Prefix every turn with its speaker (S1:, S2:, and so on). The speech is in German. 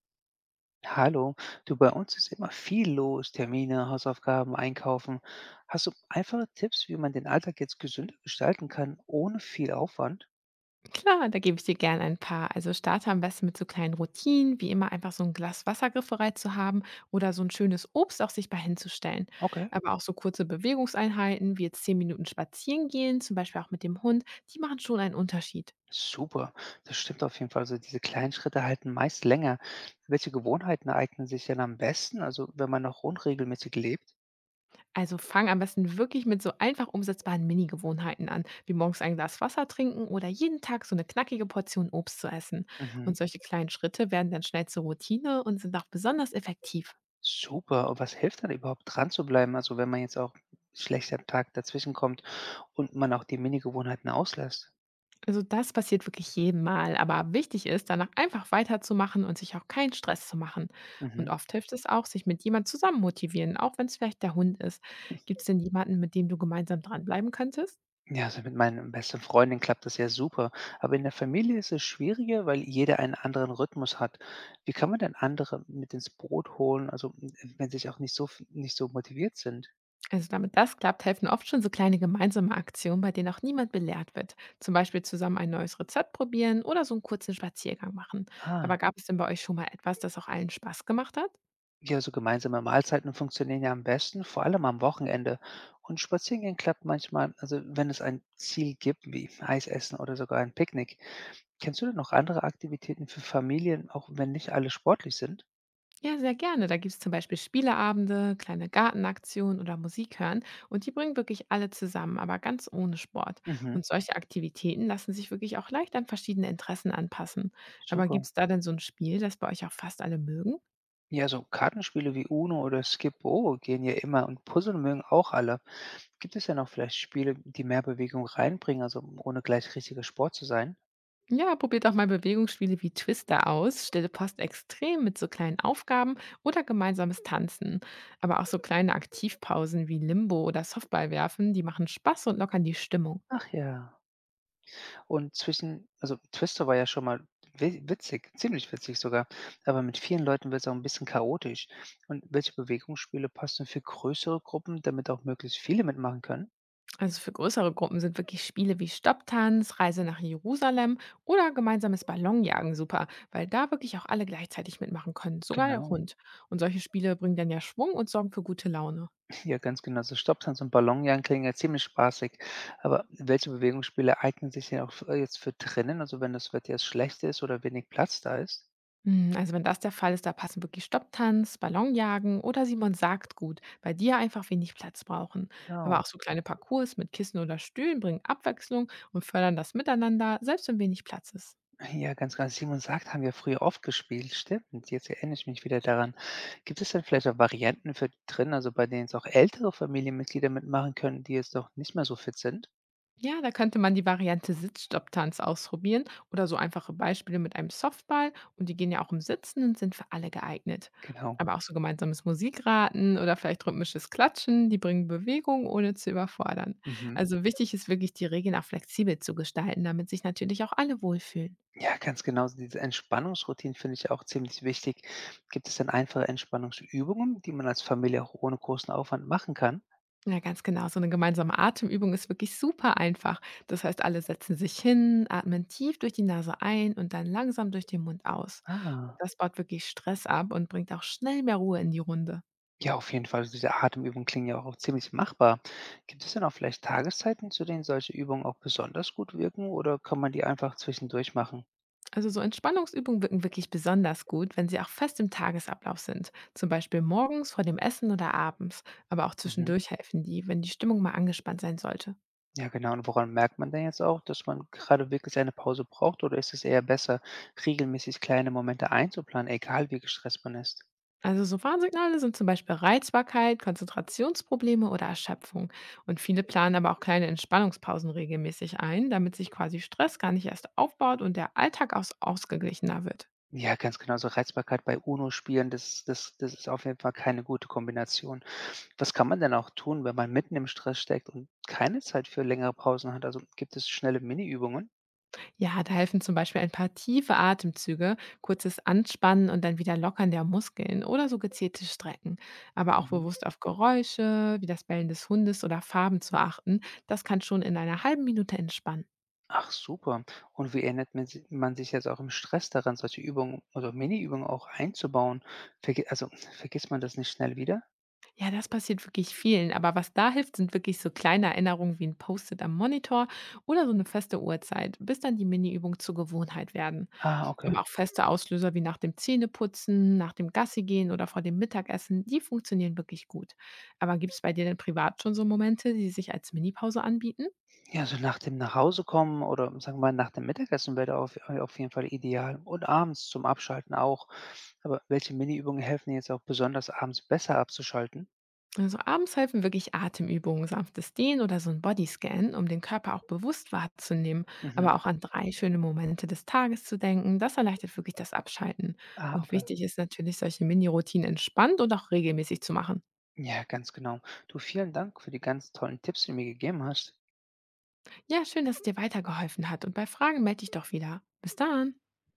S1: Hallo, du, bei uns ist immer viel los, Termine, Hausaufgaben, Einkaufen. Hast du einfache Tipps, wie man den Alltag jetzt gesünder gestalten kann, ohne viel Aufwand?
S2: Klar, da gebe ich dir gern ein paar. Also starte am besten mit so kleinen Routinen, wie immer einfach so ein Glas Wasser griffbereit zu haben oder so ein schönes Obst auch sichtbar hinzustellen.
S1: Okay,
S2: Aber auch so kurze Bewegungseinheiten, wie jetzt 10 Minuten spazieren gehen, zum Beispiel auch mit dem Hund, die machen schon einen Unterschied.
S1: super. Das stimmt auf jeden Fall. Also diese kleinen Schritte halten meist länger. Welche Gewohnheiten eignen sich denn am besten, also wenn man noch unregelmäßig lebt?
S2: Also fang am besten wirklich mit so einfach umsetzbaren Mini-Gewohnheiten an, wie morgens ein Glas Wasser trinken oder jeden Tag so eine knackige Portion Obst zu essen.
S1: Mhm.
S2: Und solche kleinen Schritte werden dann schnell zur Routine und sind auch besonders effektiv.
S1: Super. Und was hilft dann überhaupt dran zu bleiben, also wenn man jetzt auch schlechter Tag dazwischen kommt und man auch die Mini-Gewohnheiten auslässt?
S2: Also das passiert wirklich jedem Mal, aber wichtig ist, danach einfach weiterzumachen und sich auch keinen Stress zu machen. Und
S1: Mhm.
S2: oft hilft es auch, sich mit jemand zusammen motivieren, auch wenn es vielleicht der Hund ist. Gibt es denn jemanden, mit dem du gemeinsam dranbleiben könntest?
S1: Ja, also mit meinen besten Freundin klappt das ja super. Aber in der Familie ist es schwieriger, weil jeder einen anderen Rhythmus hat. Wie kann man denn andere mit ins Boot holen, also wenn sie sich auch nicht so, nicht so motiviert sind?
S2: Also damit das klappt, helfen oft schon so kleine gemeinsame Aktionen, bei denen auch niemand belehrt wird. Zum Beispiel zusammen ein neues Rezept probieren oder so einen kurzen Spaziergang machen.
S1: Ah,
S2: Aber gab es denn bei euch schon mal etwas, das auch allen Spaß gemacht hat?
S1: ja, so gemeinsame Mahlzeiten funktionieren ja am besten, vor allem am Wochenende. Und Spazierengehen klappt manchmal, also wenn es ein Ziel gibt, wie Eis essen oder sogar ein Picknick. Kennst du denn noch andere Aktivitäten für Familien, auch wenn nicht alle sportlich sind?
S2: Ja, sehr gerne. Da gibt es zum Beispiel Spieleabende, kleine Gartenaktionen oder Musik hören und die bringen wirklich alle zusammen, aber ganz ohne Sport.
S1: Mhm,
S2: Und solche Aktivitäten lassen sich wirklich auch leicht an verschiedene Interessen anpassen. Aber
S1: super.
S2: gibt es da denn so ein Spiel, das bei euch auch fast alle mögen?
S1: Ja, so Kartenspiele wie Uno oder Skip-Bo gehen ja immer und Puzzle mögen auch alle. Gibt es ja noch vielleicht Spiele, die mehr Bewegung reinbringen, also ohne gleich richtiger Sport zu sein?
S2: Ja, probiert auch mal Bewegungsspiele wie Twister aus, Stille Post Extrem mit so kleinen Aufgaben oder gemeinsames Tanzen. Aber auch so kleine Aktivpausen wie Limbo oder Softball werfen, die machen Spaß und lockern die Stimmung.
S1: Ach ja. Und zwischen, also Twister war ja schon mal witzig, ziemlich witzig sogar, aber mit vielen Leuten wird es auch ein bisschen chaotisch. Und welche Bewegungsspiele passen für größere Gruppen, damit auch möglichst viele mitmachen können?
S2: Also für größere Gruppen sind wirklich Spiele wie Stopptanz, Reise nach Jerusalem oder gemeinsames Ballonjagen super, weil da wirklich auch alle gleichzeitig mitmachen können, sogar der
S1: Genau.
S2: Hund. Und solche Spiele bringen dann ja Schwung und sorgen für gute Laune.
S1: Ja, ganz genau. So Stopsands und Ballonjagen klingen ja ziemlich spaßig. Aber welche Bewegungsspiele eignen sich denn auch jetzt für drinnen, also wenn das Wetter jetzt schlecht ist oder wenig Platz da ist?
S2: Also wenn das der Fall ist, da passen wirklich Stopptanz, Ballonjagen oder Simon sagt gut, bei die ja einfach wenig Platz brauchen. Aber
S1: Genau.
S2: auch so kleine Parcours mit Kissen oder Stühlen bringen Abwechslung und fördern das Miteinander, selbst wenn wenig Platz ist.
S1: Ja, ganz genau. Simon sagt, haben wir früher oft gespielt. Stimmt. Jetzt erinnere ich mich wieder daran. Gibt es denn vielleicht auch Varianten für drinnen, also bei denen es auch ältere Familienmitglieder mitmachen können, die jetzt doch nicht mehr so fit sind?
S2: Ja, da könnte man die Variante Sitzstopptanz ausprobieren oder so einfache Beispiele mit einem Softball und die gehen ja auch im Sitzen und sind für alle geeignet.
S1: Genau.
S2: Aber auch so gemeinsames Musikraten oder vielleicht rhythmisches Klatschen, die bringen Bewegung, ohne zu überfordern.
S1: Mhm.
S2: Also wichtig ist wirklich, die Regeln auch flexibel zu gestalten, damit sich natürlich auch alle wohlfühlen.
S1: Ja, ganz genau. So diese Entspannungsroutinen finde ich auch ziemlich wichtig. Gibt es denn einfache Entspannungsübungen, die man als Familie auch ohne großen Aufwand machen kann?
S2: Ja, ganz genau. So eine gemeinsame Atemübung ist wirklich super einfach. Das heißt, alle setzen sich hin, atmen tief durch die Nase ein und dann langsam durch den Mund aus. Und
S1: Ah,
S2: das baut wirklich Stress ab und bringt auch schnell mehr Ruhe in die Runde.
S1: ja, auf jeden Fall. Also diese Atemübungen klingen ja auch, auch ziemlich machbar. Gibt es denn auch vielleicht Tageszeiten, zu denen solche Übungen auch besonders gut wirken oder kann man die einfach zwischendurch machen?
S2: Also so Entspannungsübungen wirken wirklich besonders gut, wenn sie auch fest im Tagesablauf sind. Zum Beispiel morgens vor dem Essen oder abends. Aber auch
S1: Mhm.
S2: zwischendurch helfen die, wenn die Stimmung mal angespannt sein sollte.
S1: Ja, genau. Und woran merkt man denn jetzt auch, dass man gerade wirklich eine Pause braucht oder ist es eher besser, regelmäßig kleine Momente einzuplanen, egal wie gestresst man ist?
S2: Also so Warnsignale sind zum Beispiel Reizbarkeit, Konzentrationsprobleme oder Erschöpfung. Und viele planen aber auch kleine Entspannungspausen regelmäßig ein, damit sich quasi Stress gar nicht erst aufbaut und der Alltag ausgeglichener wird.
S1: Ja, ganz genau, so Reizbarkeit bei UNO-Spielen, das ist auf jeden Fall keine gute Kombination. Was kann man denn auch tun, wenn man mitten im Stress steckt und keine Zeit für längere Pausen hat? Also, gibt es schnelle Mini-Übungen?
S2: Ja, da helfen zum Beispiel ein paar tiefe Atemzüge, kurzes Anspannen und dann wieder Lockern der Muskeln oder so gezielte Strecken. Aber auch
S1: Mhm.
S2: bewusst auf Geräusche wie das Bellen des Hundes oder Farben zu achten, das kann schon in einer halben Minute entspannen.
S1: Ach super. Und wie erinnert man si man sich jetzt auch im Stress daran, solche Übungen oder Mini-Übungen auch einzubauen? Vergisst man das nicht schnell wieder?
S2: Ja, das passiert wirklich vielen. Aber was da hilft, sind wirklich so kleine Erinnerungen wie ein Post-it am Monitor oder so eine feste Uhrzeit, bis dann die Mini-Übungen zur Gewohnheit werden.
S1: Ah, okay.
S2: Aber auch feste Auslöser wie nach dem Zähneputzen, nach dem Gassigehen oder vor dem Mittagessen, die funktionieren wirklich gut. Aber gibt es bei dir denn privat schon so Momente, die sich als Minipause anbieten?
S1: Ja, so nach dem Nachhausekommen oder sagen wir mal nach dem Mittagessen wäre da auf jeden Fall ideal und abends zum Abschalten auch. Aber welche Mini Übungen helfen dir jetzt auch besonders abends besser abzuschalten?
S2: Also abends helfen wirklich Atemübungen, sanftes Dehnen oder so ein Bodyscan, um den Körper auch bewusst wahrzunehmen,
S1: Mhm.
S2: aber auch an 3 schöne Momente des Tages zu denken. Das erleichtert wirklich das Abschalten.
S1: Ah,
S2: Und
S1: okay.
S2: wichtig ist natürlich, solche Mini-Routinen entspannt und auch regelmäßig zu machen.
S1: Ja, ganz genau. Du, vielen Dank für die ganz tollen Tipps, die du mir gegeben hast.
S2: Ja, schön, dass es dir weitergeholfen hat. Und bei Fragen melde dich doch wieder. Bis dann.